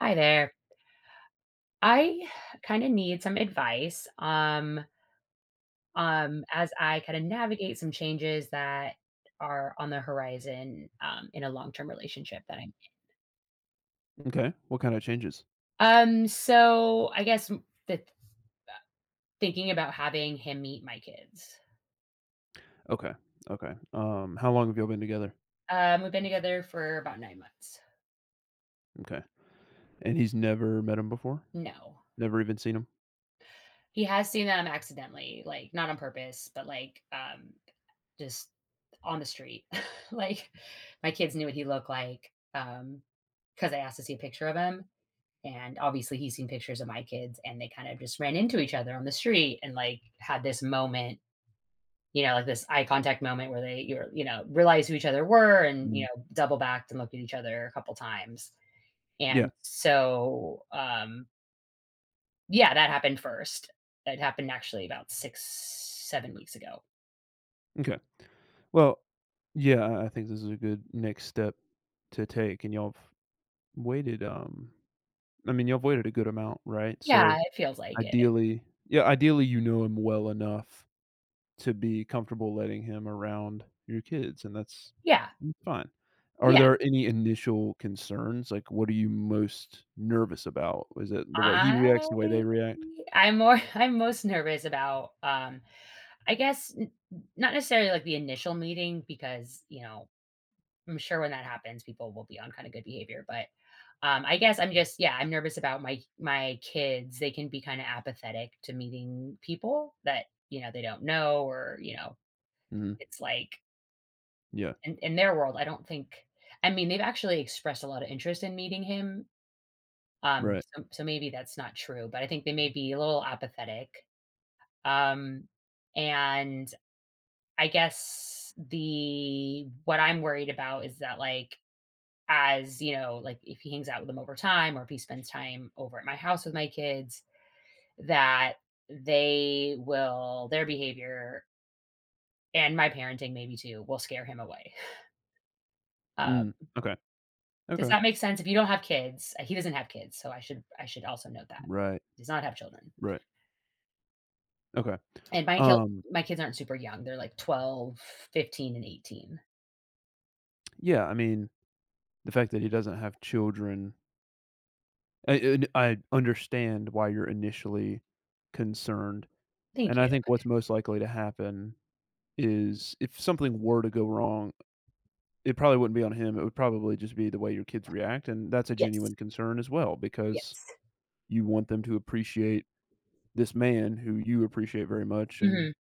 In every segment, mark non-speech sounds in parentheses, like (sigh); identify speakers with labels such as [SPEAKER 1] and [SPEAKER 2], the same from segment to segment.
[SPEAKER 1] Hi there. I kind of need some advice as I kind of navigate some changes that are on the horizon in a long-term relationship that I'm in.
[SPEAKER 2] Okay. What kinda changes?
[SPEAKER 1] So I guess the thinking about having him meet my kids.
[SPEAKER 2] Okay, okay. How long have y'all been together?
[SPEAKER 1] We've been together for about 9 months.
[SPEAKER 2] Okay. And he's never met him before?
[SPEAKER 1] No.
[SPEAKER 2] Never even seen him?
[SPEAKER 1] He has seen them accidentally, like not on purpose, but just on the street. (laughs) Like my kids knew what he looked like because I asked to see a picture of him. And obviously he's seen pictures of my kids and they kind of just ran into each other on the street and like had this moment, you know, like this eye contact moment where you know, realized who each other were and, you
[SPEAKER 2] Mm.
[SPEAKER 1] know, double backed and looked at each other a couple times.
[SPEAKER 2] Yeah,
[SPEAKER 1] And so yeah, that happened first. It happened actually about six, 7 weeks ago.
[SPEAKER 2] okay. Well, yeah, I think this is a good next step to take, and y'all have waited, um I mean, y'all have waited a good amount, right?
[SPEAKER 1] Yeah,
[SPEAKER 2] So,
[SPEAKER 1] it feels like it.
[SPEAKER 2] ideally yeah, ideally, you know him well enough to be comfortable letting him around your kids, and that's
[SPEAKER 1] Yeah.
[SPEAKER 2] fine. Are
[SPEAKER 1] Yeah.
[SPEAKER 2] there any initial concerns? Like, what are you most nervous about? Is it the way he reacts, the way
[SPEAKER 1] I
[SPEAKER 2] they react?
[SPEAKER 1] I'm more (laughs) I'm most nervous about, I guess, n not necessarily, like, the initial meeting because, you know, I'm sure when that happens, people will be on kinda good behavior, but, I guess I'm just yeah, I'm nervous about my kids. They can be kinda apathetic to meeting people that, you know, they don't know or, you know,
[SPEAKER 2] Mhm.
[SPEAKER 1] it's like
[SPEAKER 2] Yeah.
[SPEAKER 1] in their world, I don't think I mean, they've actually expressed a lot of interest in meeting him,
[SPEAKER 2] Right.
[SPEAKER 1] so maybe that's not true, but I think they may be a little apathetic. Um, and I guess the what I'm worried about is that like as, you know, like if he hangs out with them over time or if he spends time over at my house with my kids, that they will their behavior and my parenting maybe too will scare him away. Uh,
[SPEAKER 2] Mm. Okay.
[SPEAKER 1] does
[SPEAKER 2] Okay.
[SPEAKER 1] that make sense? If you don't have kids, he doesn't have kids, so I should also note that.
[SPEAKER 2] Right.
[SPEAKER 1] He does not have children.
[SPEAKER 2] Right. Okay.
[SPEAKER 1] And
[SPEAKER 2] Um,
[SPEAKER 1] my kids aren't super young. They're like 12, 15, and 18.
[SPEAKER 2] yeah, I mean, the fact that he doesn't have children, I understand why you're initially concerned.
[SPEAKER 1] Thank
[SPEAKER 2] And I
[SPEAKER 1] you.
[SPEAKER 2] think what's most likely to happen is if something were to go wrong, it probably wouldn't be on him, it would probably just be the way your kids react, and that's a
[SPEAKER 1] Yes.
[SPEAKER 2] genuine concern as well because
[SPEAKER 1] Yes.
[SPEAKER 2] you want them to appreciate this man who you appreciate very much and
[SPEAKER 1] Mhm.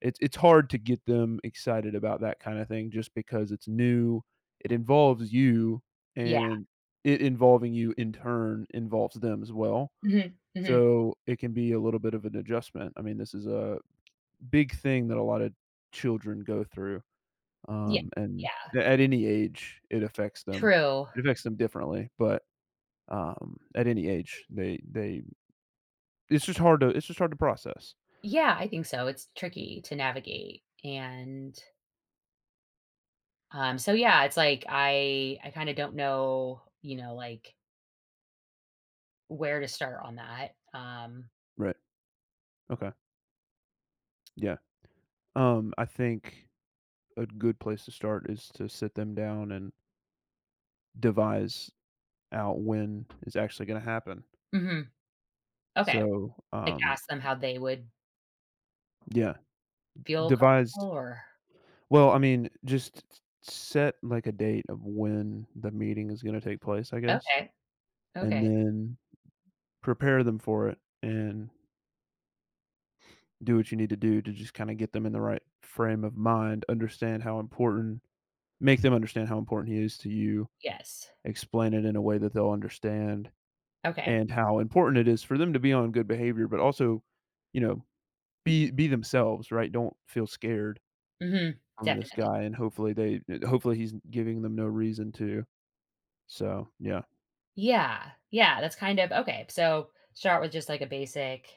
[SPEAKER 2] it's hard to get them excited about that kind of thing just because it's new. It involves you
[SPEAKER 1] Yeah.
[SPEAKER 2] and it involving you in turn involves them as well.
[SPEAKER 1] Mhm, mhm.
[SPEAKER 2] So it can be a little bit of an adjustment. I mean, this is a big thing that a lot of children go through.
[SPEAKER 1] Yeah,
[SPEAKER 2] And
[SPEAKER 1] yeah,
[SPEAKER 2] at any age, it affects them.
[SPEAKER 1] true.
[SPEAKER 2] It affects them differently, but, at any age, they it's just hard to it's just hard to process.
[SPEAKER 1] Yeah, I think so, it's tricky to navigate, and, so yeah, it's like I kinda don't know, you know, like, where to start on that, um.
[SPEAKER 2] Right. Okay. Yeah. I think a good place to start is to sit them down and devise out when it's actually gonna happen.
[SPEAKER 1] Mhm, okay.
[SPEAKER 2] So,
[SPEAKER 1] Like, ask them how they would
[SPEAKER 2] yeah,
[SPEAKER 1] feel
[SPEAKER 2] devise
[SPEAKER 1] comfortable or
[SPEAKER 2] well, I mean, just set, like, a date of when the meeting is gonna take place, I guess,
[SPEAKER 1] okay,
[SPEAKER 2] and
[SPEAKER 1] okay,
[SPEAKER 2] then prepare them for it and do what you need to do to just kind of get them in the right frame of mind, understand how important, make them understand how important he is to you,
[SPEAKER 1] yes,
[SPEAKER 2] explain it in a way that they'll understand,
[SPEAKER 1] okay,
[SPEAKER 2] and how important it is for them to be on good behavior, but also, you know, be themselves, right? Don't feel scared
[SPEAKER 1] mhm,
[SPEAKER 2] from this
[SPEAKER 1] definitely.
[SPEAKER 2] guy, and hopefully they, hopefully he's giving them no reason to. So yeah,
[SPEAKER 1] Yeah, yeah, that's kind of okay, so start with just, like, a basic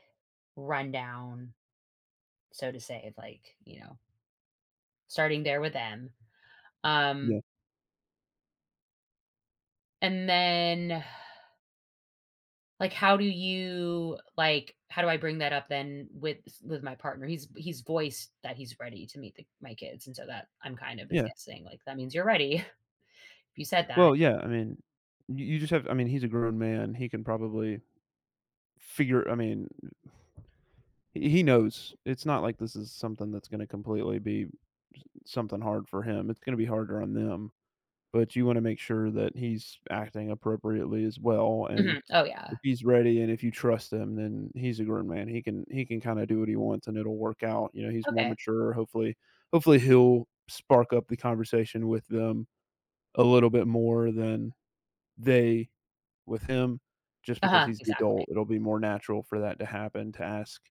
[SPEAKER 1] rundown, so to say, of, like, you know starting there with M. Um,
[SPEAKER 2] yeah,
[SPEAKER 1] and then how do I bring that up then with my partner? He's voiced that he's ready to meet the, my kids, and so that I'm kind of is
[SPEAKER 2] yeah.
[SPEAKER 1] guessing like that means you're ready. (laughs) If you said that,
[SPEAKER 2] Well, yeah. I mean, you just have. I mean, he's a grown man. He can probably figure. I mean, he knows it's not like this is something that's going to completely be something hard for him. It's going to be harder on them, but you want to make sure that he's acting appropriately as well. And
[SPEAKER 1] mhm, oh yeah,
[SPEAKER 2] if he's ready and if you trust him, then he's a grown man. He can kind of do what he wants and it'll work out. You know, he's more
[SPEAKER 1] okay,
[SPEAKER 2] mature. Hopefully, hopefully he'll spark up the conversation with them a little bit more than they with him just
[SPEAKER 1] uh
[SPEAKER 2] because
[SPEAKER 1] huh,
[SPEAKER 2] he's the
[SPEAKER 1] exactly.
[SPEAKER 2] adult, it'll be more natural for that to happen, to ask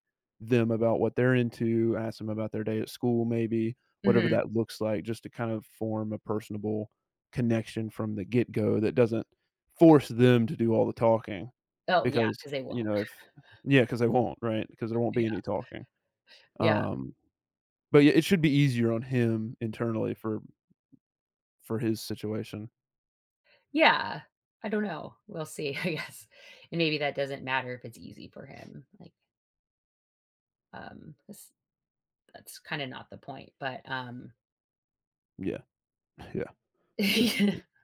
[SPEAKER 2] them about what they're into, ask them about their day at school maybe, whatever
[SPEAKER 1] Hmm.
[SPEAKER 2] that looks like, just to kind of form a personable connection from the get-go that doesn't force them to do all the talking
[SPEAKER 1] Oh yeah,
[SPEAKER 2] because,
[SPEAKER 1] because they
[SPEAKER 2] you
[SPEAKER 1] won't.
[SPEAKER 2] know, if yeah, because they won't, right? Because there
[SPEAKER 1] (laughs)
[SPEAKER 2] won't be
[SPEAKER 1] Yeah,
[SPEAKER 2] any talking.
[SPEAKER 1] yeah.
[SPEAKER 2] Um, but yeah, it should be easier on him internally for his situation.
[SPEAKER 1] Yeah. I don't know. We'll see. (laughs) I guess, and maybe that doesn't matter if it's easy for him. Like, this, that's kind of not the point. But
[SPEAKER 2] Yeah, (laughs) yeah, that's true,
[SPEAKER 1] (laughs)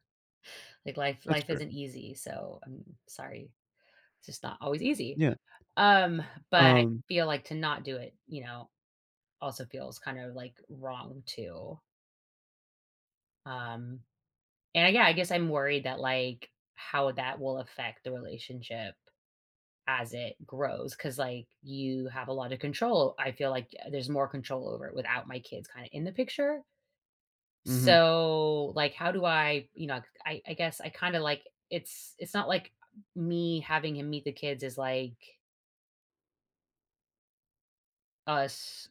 [SPEAKER 1] like life
[SPEAKER 2] that's
[SPEAKER 1] life
[SPEAKER 2] true.
[SPEAKER 1] isn't easy, so I'm sorry. It's just not always easy.
[SPEAKER 2] Yeah,
[SPEAKER 1] Um, but I
[SPEAKER 2] um
[SPEAKER 1] feel like to not do it, you know, also feels kind of like wrong too. Um, and yeah, I guess I'm worried that like how that will affect the relationship as it grows because like you have a lot of control. I feel like there's more control over it without my kids kind of in the picture.
[SPEAKER 2] mhm.
[SPEAKER 1] So, like, how do I you know, I guess I kinda, like it's not like me having him meet the kids is like us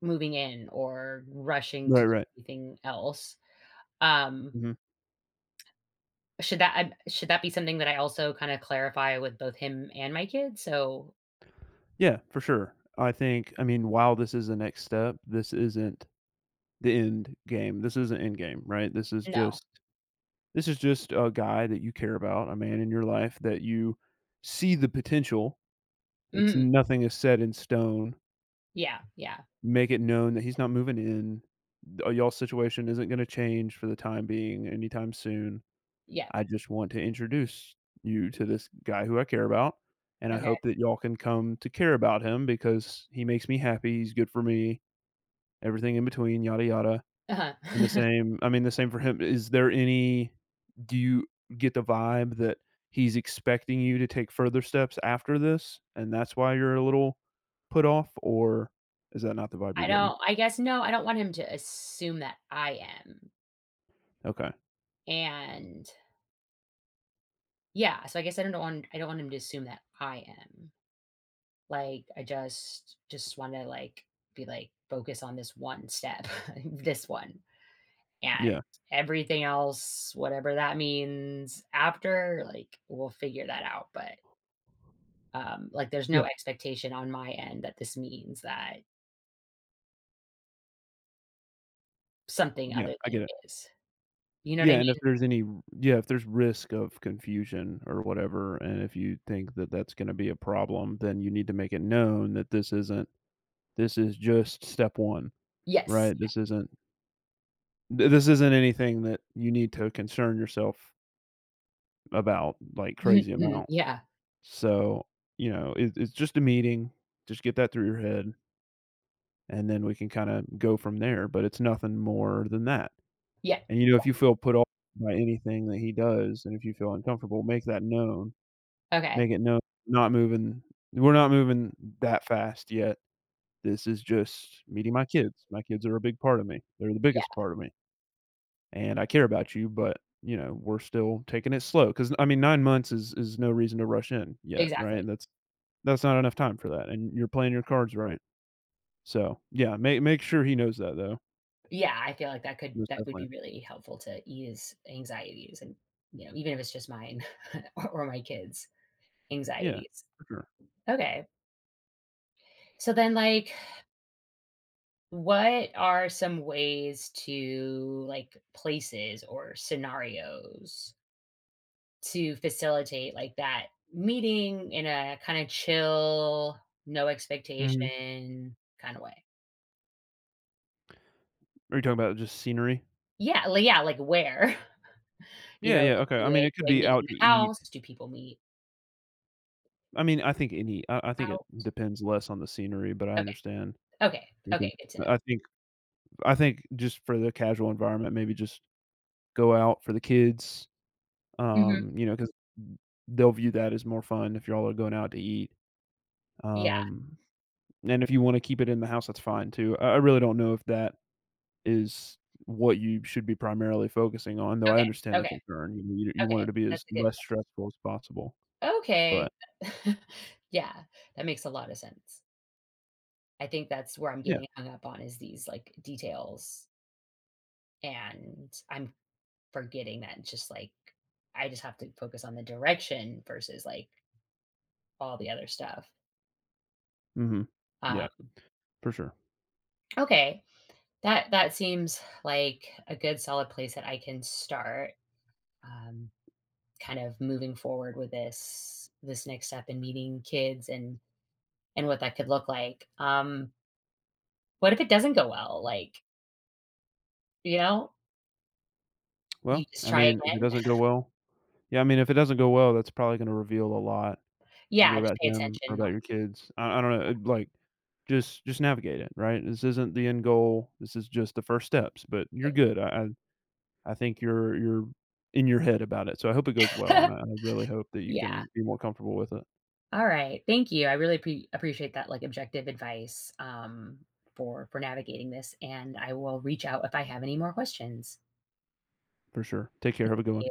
[SPEAKER 1] moving in or rushing to
[SPEAKER 2] Right,
[SPEAKER 1] do
[SPEAKER 2] right.
[SPEAKER 1] anything else. Um,
[SPEAKER 2] Mhm.
[SPEAKER 1] should that be something that I also kinda clarify with both him and my kids? So
[SPEAKER 2] Yeah, for sure. I think I mean, while this is the next step, this isn't the end game. This isn't end game, right?
[SPEAKER 1] no.
[SPEAKER 2] This is just a guy that you care about, a man in your life that you see the potential. It's
[SPEAKER 1] Mhm.
[SPEAKER 2] nothing is set in stone.
[SPEAKER 1] Yeah, yeah,
[SPEAKER 2] Make it known that he's not moving in. Y'all's situation isn't gonna change for the time being anytime soon.
[SPEAKER 1] yeah.
[SPEAKER 2] I just want to introduce you to this guy who I care about, and I
[SPEAKER 1] Okay.
[SPEAKER 2] hope that y'all can come to care about him because he makes me happy, he's good for me, everything in between, yada yada.
[SPEAKER 1] Uh-huh.
[SPEAKER 2] And the
[SPEAKER 1] (laughs)
[SPEAKER 2] same I mean, the same for him. Is there any do you get the vibe that he's expecting you to take further steps after this, and that's why you're a little put off, or is that not the vibe
[SPEAKER 1] I
[SPEAKER 2] you're getting?
[SPEAKER 1] don't I guess no, I don't want him to assume that I am,
[SPEAKER 2] Okay.
[SPEAKER 1] and yeah, so I guess I don't want him to assume that I am. Like, I just wanna, like, be, like, focus on this one step, (laughs) this one, and
[SPEAKER 2] Yeah.
[SPEAKER 1] everything else, whatever that means after, like, we'll figure that out, but, like, there's no
[SPEAKER 2] Yeah.
[SPEAKER 1] expectation on my end that this means that something
[SPEAKER 2] Yeah,
[SPEAKER 1] other
[SPEAKER 2] I
[SPEAKER 1] than
[SPEAKER 2] get
[SPEAKER 1] it
[SPEAKER 2] it.
[SPEAKER 1] is. You know what I
[SPEAKER 2] Yeah, and if
[SPEAKER 1] mean?
[SPEAKER 2] there's any yeah, if there's risk of confusion or whatever, and if you think that that's gonna be a problem, then you need to make it known that this isn't this is just step 1,
[SPEAKER 1] Yes.
[SPEAKER 2] right?
[SPEAKER 1] (laughs)
[SPEAKER 2] This isn't th this isn't anything that you need to concern yourself about, like,
[SPEAKER 1] Mhm,
[SPEAKER 2] crazy
[SPEAKER 1] mhm,
[SPEAKER 2] amount.
[SPEAKER 1] yeah.
[SPEAKER 2] So, you know, it it's just a meeting, just get that through your head, and then we can kinda go from there, but it's nothing more than that.
[SPEAKER 1] Yeah.
[SPEAKER 2] And, you know, if you feel put off by anything that he does, and if you feel uncomfortable, make that known.
[SPEAKER 1] Okay.
[SPEAKER 2] Make it no, not moving we're not moving that fast yet. This is just meeting my kids. My kids are a big part of me. They're the biggest
[SPEAKER 1] Yeah,
[SPEAKER 2] part of me, and I care about you, but, you know, we're still taking it slow because I mean, 9 months is no reason to rush in yet,
[SPEAKER 1] exactly.
[SPEAKER 2] right? That's not enough time for that, and you're playing your cards right. So, yeah, make make sure he knows that, though.
[SPEAKER 1] Yeah, I feel like
[SPEAKER 2] Most
[SPEAKER 1] that would be
[SPEAKER 2] definitely.
[SPEAKER 1] really helpful to ease anxieties and, you know, even if it's just mine (laughs) or my kids'
[SPEAKER 2] Yeah,
[SPEAKER 1] anxieties.
[SPEAKER 2] for sure.
[SPEAKER 1] Okay. So then, like, what are some ways to, like, places or scenarios to facilitate, like, that meeting in a kinda chill, no
[SPEAKER 2] Mhm.
[SPEAKER 1] expectation kinda way?
[SPEAKER 2] Are you talking about just scenery?
[SPEAKER 1] Yeah, like where? (laughs) You
[SPEAKER 2] Yeah,
[SPEAKER 1] know,
[SPEAKER 2] yeah,
[SPEAKER 1] like,
[SPEAKER 2] okay. I mean, it
[SPEAKER 1] do
[SPEAKER 2] could
[SPEAKER 1] I
[SPEAKER 2] be
[SPEAKER 1] meet
[SPEAKER 2] out
[SPEAKER 1] in
[SPEAKER 2] to
[SPEAKER 1] the
[SPEAKER 2] eat.
[SPEAKER 1] house? Do people meet
[SPEAKER 2] I mean, I think any I think it
[SPEAKER 1] out?
[SPEAKER 2] depends less on the scenery, but I understand
[SPEAKER 1] Okay,
[SPEAKER 2] you can
[SPEAKER 1] okay, good to know.
[SPEAKER 2] I think I think just for the casual environment, maybe just go out for the kids,
[SPEAKER 1] Mhm.
[SPEAKER 2] you know, because 'cause they'll view that as more fun if y'all are going out to eat,
[SPEAKER 1] Yeah,
[SPEAKER 2] um, and if you wanna keep it in the house, that's fine too. I really don't know if that is what you should be primarily focusing on, though I
[SPEAKER 1] okay,
[SPEAKER 2] understand the
[SPEAKER 1] okay,
[SPEAKER 2] concern. You know, you want
[SPEAKER 1] okay,
[SPEAKER 2] it to be
[SPEAKER 1] that's
[SPEAKER 2] as
[SPEAKER 1] a good
[SPEAKER 2] less stressful as possible,
[SPEAKER 1] okay.
[SPEAKER 2] but
[SPEAKER 1] (laughs) Yeah, that makes a lot of sense. I think that's where I'm
[SPEAKER 2] yeah.
[SPEAKER 1] getting hung up on is these, like, details, and I'm forgetting that just, like, I just have to focus on the direction versus, like, all the other stuff.
[SPEAKER 2] Mhm.
[SPEAKER 1] Um,
[SPEAKER 2] Yeah, for sure.
[SPEAKER 1] okay, that that seems like a good solid place that I can start, um, kind of moving forward with this next step in meeting kids and what that could look like. What if it doesn't go well? Like, you know, you
[SPEAKER 2] Well,
[SPEAKER 1] just
[SPEAKER 2] I
[SPEAKER 1] try
[SPEAKER 2] mean, if it
[SPEAKER 1] again.
[SPEAKER 2] doesn't go
[SPEAKER 1] (laughs)
[SPEAKER 2] well yeah, I mean, if it doesn't go well, that's probably gonna reveal a lot,
[SPEAKER 1] Yeah,
[SPEAKER 2] either
[SPEAKER 1] just
[SPEAKER 2] about
[SPEAKER 1] pay
[SPEAKER 2] him or
[SPEAKER 1] attention. Not
[SPEAKER 2] about your kids. I don't know, like, just navigate it, right? This isn't the end goal, this is just the first steps, but you're good. I think you're in your head about it, so I hope it goes well, and
[SPEAKER 1] (laughs)
[SPEAKER 2] I really hope that you
[SPEAKER 1] yeah.
[SPEAKER 2] can be more comfortable with it,
[SPEAKER 1] All right. Thank you. I really appreciate that, like, objective advice, for navigating this, and I will reach out if I have any more questions.
[SPEAKER 2] for sure. Take care, have a good one.